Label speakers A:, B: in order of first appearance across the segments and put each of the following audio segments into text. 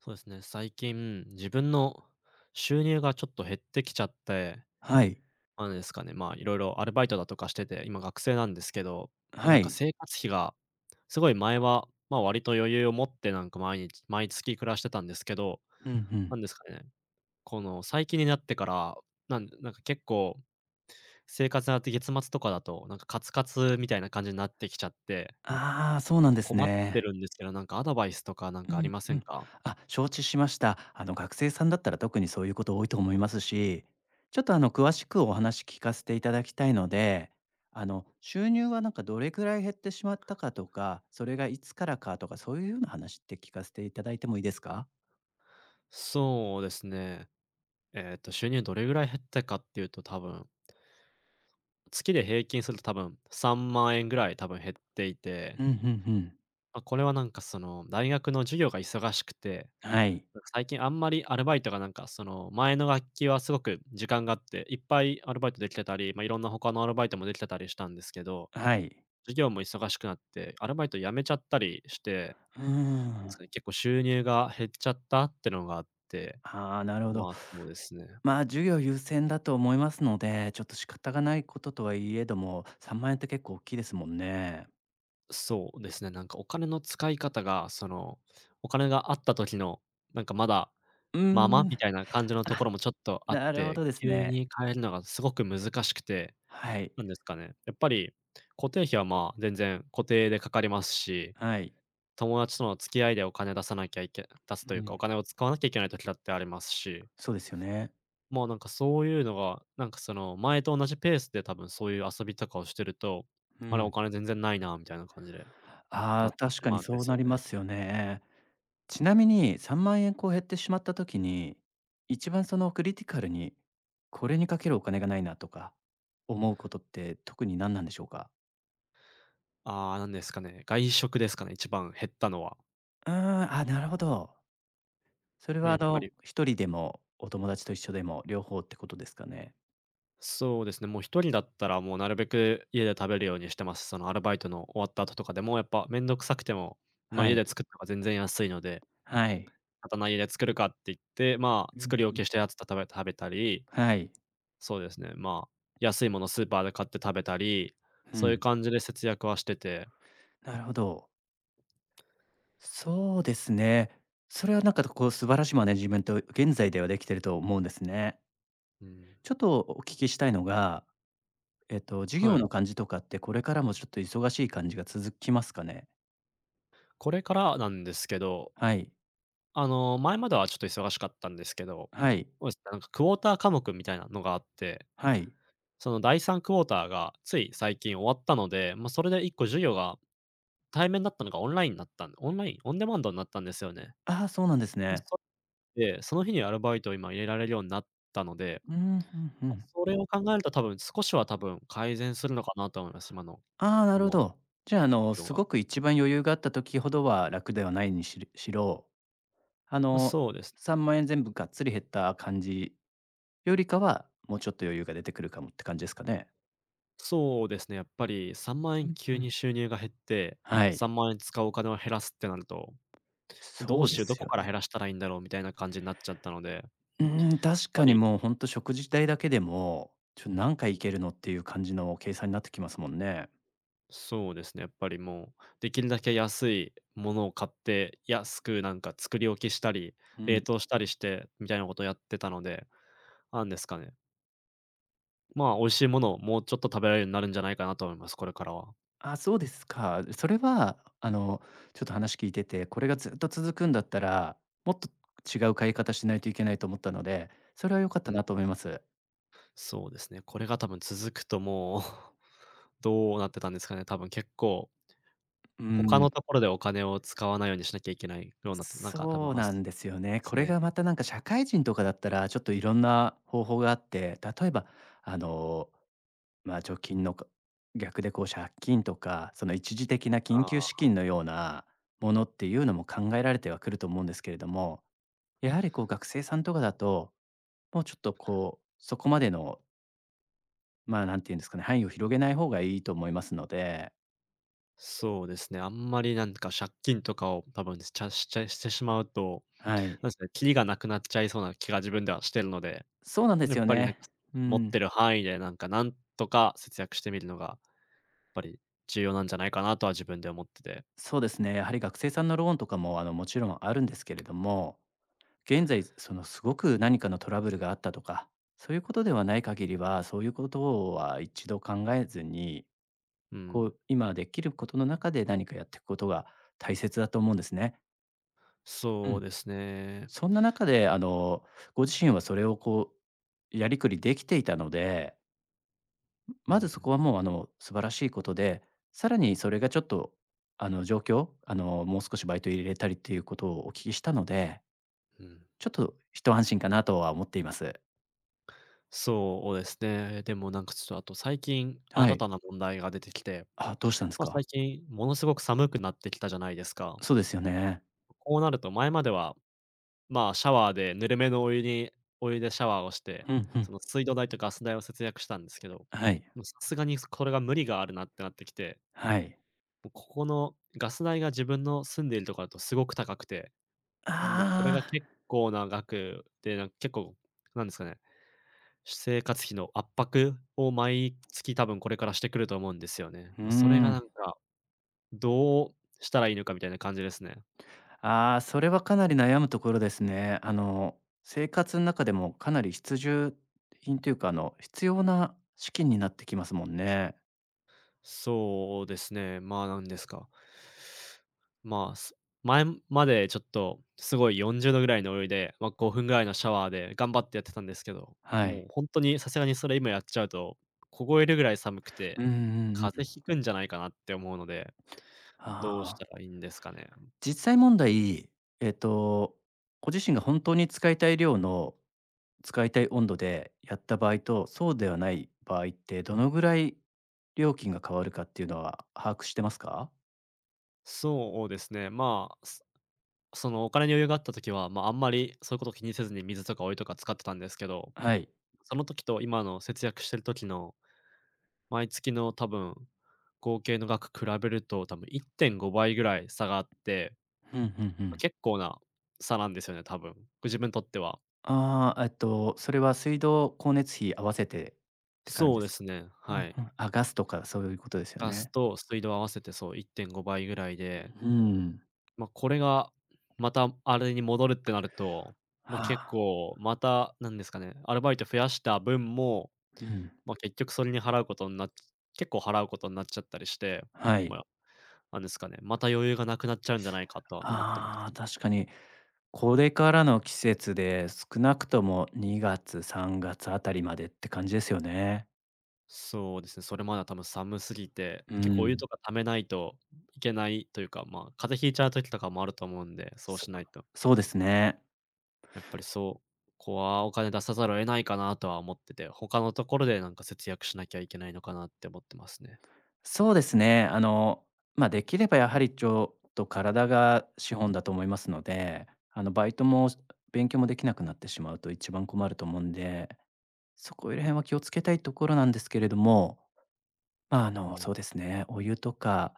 A: そうですね、最近、自分の収入がちょっと減ってきちゃって、
B: はい。
A: なんですかね、まあ、いろいろアルバイトだとかしてて、今学生なんですけど、まあ、
B: は
A: なんか
B: い。
A: 生活費が、すごい前は、まあ、割と余裕を持ってなんか毎日毎月暮らしてたんですけど、
B: うんうん。
A: なんですかね、この最近になってから、なんか結構生活が月末とかだと、なんかカツカツみたいな感じになってきちゃって、
B: ああ、そうなんです
A: 困って
B: ね。
A: るんですけど、なんかアドバイスとかなん
B: う
A: かあり
B: ん
A: ませ
B: う
A: ん
B: ん。
A: か？
B: あ、承知しました。学生さんだったら特にそういうこと多いと思いますし、ちょっと詳しくお話聞かせていただきたいので、収入はなんかどれくらい減ってしまったかとか、それがいつからかとか、そういうような話って聞かせていただいてもいいですか？
A: そうですね。収入どれぐらい減ったかっていうと、多分、月で平均すると多分3万円ぐらい多分減っていて、
B: うんうんうん。
A: まあ、これはなんかその、大学の授業が忙しくて、
B: はい。
A: なんか最近あんまりアルバイトがなんかその、前の学期はすごく時間があって、いっぱいアルバイトできてたり、まあ、いろんな他のアルバイトもできてたりしたんですけど、
B: はい。
A: 授業も忙しくなって、アルバイト辞めちゃったりして、
B: うー
A: なんです
B: ん。
A: かね、結構収入が減っちゃったってのがあって、
B: ああ、なるほど。
A: まあ、そうですね。
B: まあ、授業優先だと思いますので、ちょっと仕方がないこととはいえども、3万円って結構大きいですもんね。
A: そうですね、なんかお金の使い方が、その、お金があった時の、なんかまだ、
B: う
A: まあまあ
B: ー
A: み
B: ん、
A: たいな感じのところもちょっとあっ
B: なるほ
A: て、
B: どです
A: 急
B: ね。
A: に変えるのがすごく難しくて、
B: はい。
A: なんですかね、やっぱり固定費はまあ全然固定でかかりますし、
B: はい。
A: 友達との付き合いでお金出さなきゃいけ出す
B: う
A: というか、お
B: ん。
A: 金を使わなきゃいけない時だってありますし、
B: そうですよね。
A: もうなんかそういうのが、なんかその前と同じペースで多分そういう遊びとかをしてると、
B: う
A: あれお
B: ん。
A: 金全然ないなみたいな感じで
B: あ
A: な
B: あ、
A: ってし
B: 確かに
A: まうんで
B: そう
A: す
B: な
A: よ
B: り
A: ね。
B: ますよね。ちなみに3万円こう減ってしまった時に、一番そのクリティカルに、これにかけるお金がないなとか思うことって特に何なんでしょうか？
A: ああ、なんですかね、外食ですかね、一番減ったのは。
B: うーん、あ、なるほど。それ
A: ま、
B: は
A: やっぱり
B: 一人でもお友達と一緒でも両方ってことですかね？
A: そうですね、もう一人だったら、もうなるべく家で食べるようにしてます。そのアルバイトの終わった後とかでも、やっぱ面倒くさくても、ま、
B: は
A: 家
B: い。
A: で作った方が全然安いので、
B: はい。
A: また、ま、家で作るかって言って、まあ、
B: うん
A: 作り置
B: うん。
A: きしたやつた食べたり、
B: はい。
A: そうですね、まあ、安いものスーパーで買って食べたり、
B: う
A: そういう
B: ん。
A: 感じで節約はしてて、
B: なるほど。そうですね。それはなんかこう素晴らしいマネジメント、現在ではできてると思うんですね。
A: うん、
B: ちょっとお聞きしたいのが、授
A: は
B: 業
A: い。
B: の感じとかってこれからもちょっと忙しい感じが続きますかね？
A: これからなんですけど、
B: はい。
A: 前まではちょっと忙しかったんですけど、
B: はい。
A: そうですね、なんかクォーター科目みたいなのがあって、
B: はい。
A: その第3クォーターがつい最近終わったので、まあ、それで1個授業が対面だったのがオンラインになったんでオンデマンドになったんですよね。
B: ああ、そうなんです
A: ま
B: ね。
A: そその日にアルバイトを今入れられるようになったので、
B: うん、うんう
A: ま
B: ん。
A: それを考えると多分少しは多分改善するのかなと思います、今の
B: ああ、なるほ
A: の
B: ど。じゃあ、
A: 状況
B: す
A: が。
B: ごく一番余裕があった時ほどは楽ではないにししろ、あ
A: あ、
B: の、
A: そうです。
B: 3万円全部がっつり減った感じよりかは、もうちょっと余裕が出てくるかもって感じですかね。
A: そうですね、やっぱり3万
B: う
A: 円急に
B: ん。
A: 収入が減って、
B: はい。
A: 3万円使うお金を減らすってなるとど
B: そ
A: う
B: う
A: し
B: で
A: よう、ど
B: す
A: こ
B: よ
A: から減
B: ね。
A: らしたらいいんだろうみたいな感じになっちゃったので、やっ
B: うーん、確
A: ぱ
B: かに
A: り、
B: もうほんと食事代だけでも、ちょ、何回
A: うん、
B: 行けるのっていう感じの計算になってきますもんね。
A: そうですね、やっぱりもうできるだけ安いものを買って、安くなんか作り置きしたり、
B: う
A: 冷
B: ん。
A: 凍したりしてみたいなことをやってたので、なんですかね、まあ、美味しいものをもうちょっと食べられるようになるんじゃないかなと思います、これからは。
B: あ、そうですか。それは、ちょっと話聞いてて、これがずっと続くんだったら、もっと違う買い方しないといけないと思ったので、それは良かっ
A: う
B: た
A: ん、
B: なと思います。
A: そうですね、これが多分続くともう どうなってたんですかね、多分結構
B: う
A: 他の
B: ん。
A: ところでお金を使わないようにしなきゃいけないようになって、なんか多分
B: そう
A: 明日
B: なんですよね。
A: です
B: これ
A: ね。
B: がまたなんか社会人とかだったら、ちょっといろんな方法があって、例えば、あの、まあ、貯金の逆でこう借金とか、その一時的な
A: あ
B: 緊急
A: あ。
B: 資金のようなものっていうのも考えられてはくると思うんですけれども、やはりこう学生さんとかだともうちょっとこう、そこまでの、まあ、なんていうんですかね、範囲を広げない方がいいと思いますので、
A: そうですね、あんまりなんか借金とかを多分しちゃしてしまうと、
B: はい。
A: なんですかね、キリがなくなっちゃいそうな気が自分ではしてるので、
B: そうなんで
A: やっ
B: すよ
A: ぱりなん
B: ね。
A: か、
B: う
A: 持っ
B: ん。
A: てる範囲でなんかなんとか節約してみるのが、やっぱり重要なんじゃないかなとは自分で思ってて。
B: そうですね。やはり学生さんのローンとかも、もちろんあるんですけれども、現在、その、すごく何かのトラブルがあったとか、そういうことではない限りは、そういうことは一度考えずに、
A: う
B: こ
A: ん。
B: う、今できることの中で何かやっていくことが大切だと思うんですね。う
A: そう
B: ん。
A: ですね。
B: そんな中で、ご自身はそれをこう、やりくりできていたので、
A: う
B: まずそ
A: ん、
B: こはもう、素晴らしいことで、さらにそれがちょっと、状況、もう少しバイト入れたりっていうことをお聞きしたので、
A: うん。
B: ちょっと一安心かなとは思っています。
A: そうですね。でもなんかちょっとあと最近、
B: は
A: 新
B: い。
A: たな問題が出てきて、
B: あ、どうしたんです
A: まあ、最
B: か？
A: 近ものすごく寒くなってきたじゃないですか。
B: そうですよね。
A: こうなると前まではまあ、シャワーでぬるめのお湯でシャワーをして、
B: うんうん。
A: その水道代とガス代を節約したんですけど、
B: はい。
A: もうさすがにこれが無理があるなってなってきて、
B: はい。
A: もうここのガス代が自分の住んでいるところだとすごく高くて、もうこれが
B: ああ。
A: 結構な額で、なんか結構、なんですかね、生活費の圧迫を毎月多分これからしてくると思うんですよね。
B: うー
A: まあ、それがなん
B: ん。
A: か、どうしたらいいのかみたいな感じですね。
B: ああ、それはかなり悩むところですね。生活の中でもかなり必需品というか、必要な資金になってきますもんね。
A: そうですね、まあ、なんですか。まあ、前までちょっとすごい40度ぐらいのお湯で、まあ、5分ぐらいのシャワーで頑張ってやってたんですけど、
B: は
A: もう
B: い。
A: 本当にさすがにそれ今やっちゃうと、凍えるぐらい寒く
B: うん
A: て、
B: う
A: 風
B: んうん。
A: 邪ひくんじゃないかなって思うので、どうし
B: あ
A: た
B: あ。
A: らいいんですかね。
B: 実際問題、えっと、ご自身が本当に使いたい量の、使いたい温度でやった場合と、そうではない場合って、どのぐらい料金が変わるかっていうのは把握してますか？
A: そうですね、まあ、そのお金に余裕があった時は、まあ、あんまりそういうこと気にせずに水とかお湯とか使ってたんですけど、
B: はい。
A: その時と今の節約してる時の毎月の多分、合計の額比べると多分1.5倍ぐらい差があって、
B: うんうんう
A: ま
B: ん。
A: 結構な差なんですよね、多分。自分にとっては。
B: ああ、それは水道、光熱費合わせてって感じ
A: そう
B: で
A: で
B: す
A: す
B: か？
A: ね、
B: うんう
A: は
B: ん。
A: い。
B: あ、ガスとかそういうことですよ
A: ガス
B: ね。
A: と水道合わせてそう1.5倍ぐらいで、
B: うん。
A: まあ、これがまたあれに戻るってなると、まあ、
B: は
A: 結
B: あ、
A: 構また、なんですかね、アルバイト増やした分も、
B: うん、
A: まあ、結局それに払うことになっ結構払うことになっちゃったりして、
B: は
A: ま
B: い。
A: あ、なんですかね、また余裕がなくなっちゃうんじゃないかとは思ってます。
B: ああ、確かに。これからの季節で、少なくとも2月、3月あたりまでって感じですよね。
A: そうですね、それまでは多分寒すぎて、
B: う
A: 結構お湯と
B: ん。
A: か溜めないといけないというか、まあ、風邪ひいちゃう時とかもあると思うんで、そう
B: そ
A: しないと。
B: そうですね。
A: やっぱりそうここはお金出さざるを得ないかなとは思ってて、他のところでなんか節約しなきゃいけないのかなって思ってますね。
B: そうですね。まあ、できればやはりちょっと体が資本だと思いますので、バイトも勉強もできなくなってしまうと一番困ると思うんで、そこら辺は気をつけたいところなんですけれども、まあ、
A: うん。
B: そうですね、お湯とか、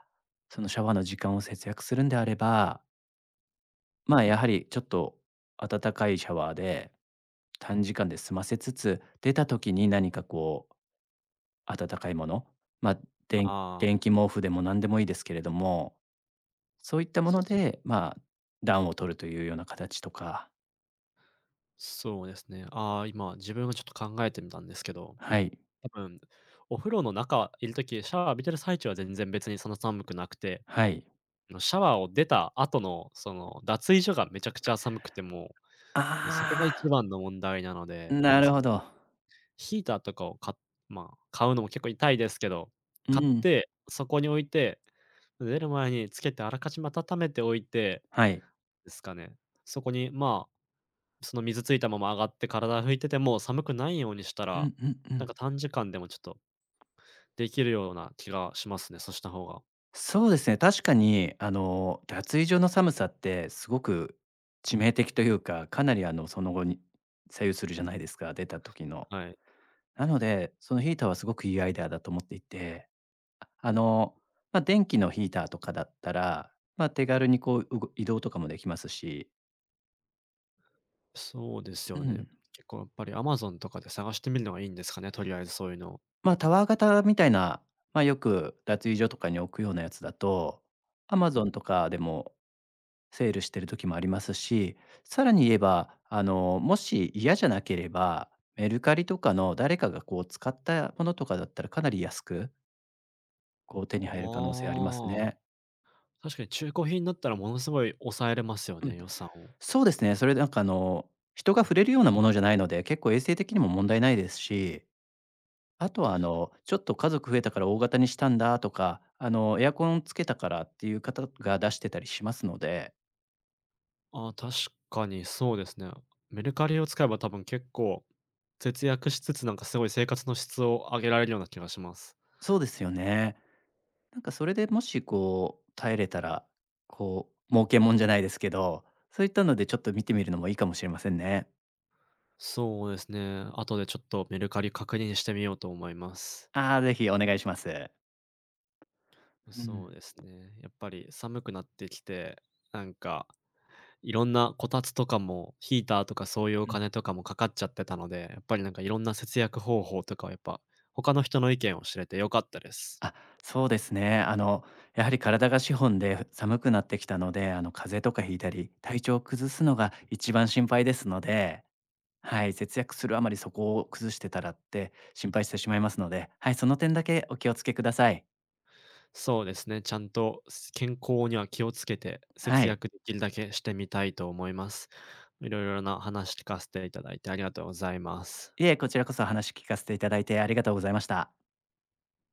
B: そのシャワーの時間を節約するんであれば、まあ、やはりちょっと温かいシャワーで、短時間で済ませつつ、出た時に何かこう温かいもの、ま、あ電
A: あ
B: 電
A: あ、
B: 気毛布でも何でもいいですけれどもそういったもの
A: そ
B: で、まあ、暖を取るというような形とか、
A: そうですね。ああ、今自分がちょっと考えてみたんですけど、
B: はい、
A: 多分お風呂の中いるときシャワー浴びてる最中は全然別にそんな寒くなくて
B: はい。
A: シャワーを出た後の、脱衣所がめちゃくちゃ寒くて、もう、そこが
B: あ
A: 一番の問題なの
B: あ、
A: で、なん
B: な
A: です
B: る
A: か
B: ほ
A: ね、
B: ど。
A: ヒーターとかをまあ、買うのも結構痛いですけど、
B: う
A: 買っ
B: ん、
A: て、そこに置いて、出る前につけてあらかじめ温めておいて
B: はい。
A: ですかね。そこに、まあ、その水ついたまま上がって体拭いてても寒くないようにした
B: う
A: ら、
B: んうんう
A: なんか
B: ん。
A: 短時間でもちょっとできるような気がしますね、そうした方が。
B: そうですね、確かに、脱衣所の寒さってすごく致命的というか、かなりその後に左右するじゃないですか、出た時の。
A: はい。
B: なので、そのヒーターはすごくいいアイデアだと思っていて、ああの、まあ、電気のヒーターとかだったら、まあ、手軽にこう、移動とかもできますし、
A: そうです
B: う
A: よね。
B: ん。
A: 結構やっぱり Amazon とかで探してみるのがいいんですかね、とりあえずそういうの。
B: まあ、タワー型みたいな、まあ、よく脱衣所とかに置くようなやつだと、
A: うん。
B: Amazon とかでもセールしてる時もありますし、さらに言えば、もし嫌じゃなければ、メルカリとかの誰かがこう使ったものとかだったらかなり安く、こう手に入る可能性あります
A: ああ、
B: ね。
A: 確かに中古品だったらものすごい抑えれますよ
B: う
A: ね、
B: ん、
A: 予算を。
B: そうですね。それなんか人が触れるようなものじゃないので、結構衛生的にも問題ないですしあとは、ちょっと家族増えたから大型にしたんだとか、エアコンつけたからっていう方が出してたりしますので、
A: ああ、確かにそうですね。メルカリを使えば多分結構節約しつつ、なんかすごい生活の質を上げられるような気がします。
B: そうですよね。なんかそれでもしこう耐えれたら、こう儲けもんじゃないですけど、そういったのでちょっと見てみるのもいいかもしれませんね。
A: そうですね。後でちょっとメルカリ確認してみようと思います。
B: ああ、ぜひお願いします。う
A: そう
B: ん、
A: ですね。やっぱり寒くなってきて、なんかいろんなこたつとかも、ヒーターとかそういうお
B: うん。
A: 金とかもかかっちゃってたので、やっぱりなんかいろんな節約方法とかはやっぱ、他の人の意見を知れて良かったです。
B: あ、そうですね。やはり体が資本で寒くなってきたので、風邪とかひいたり、体調を崩すのが一番心配ですのではい、節約するあまりそこを崩してたらって心配してしまいますので、はい、その点だけお気をつけください。
A: そうですね、ちゃんと健康には気をつけて、
B: は
A: 節
B: い。
A: 約できるだけしてみたいと思います。いろいろな話聞かせていただいてありがとうございます。
B: いえ、こちらこそ話聞かせていただいてありがとうございました。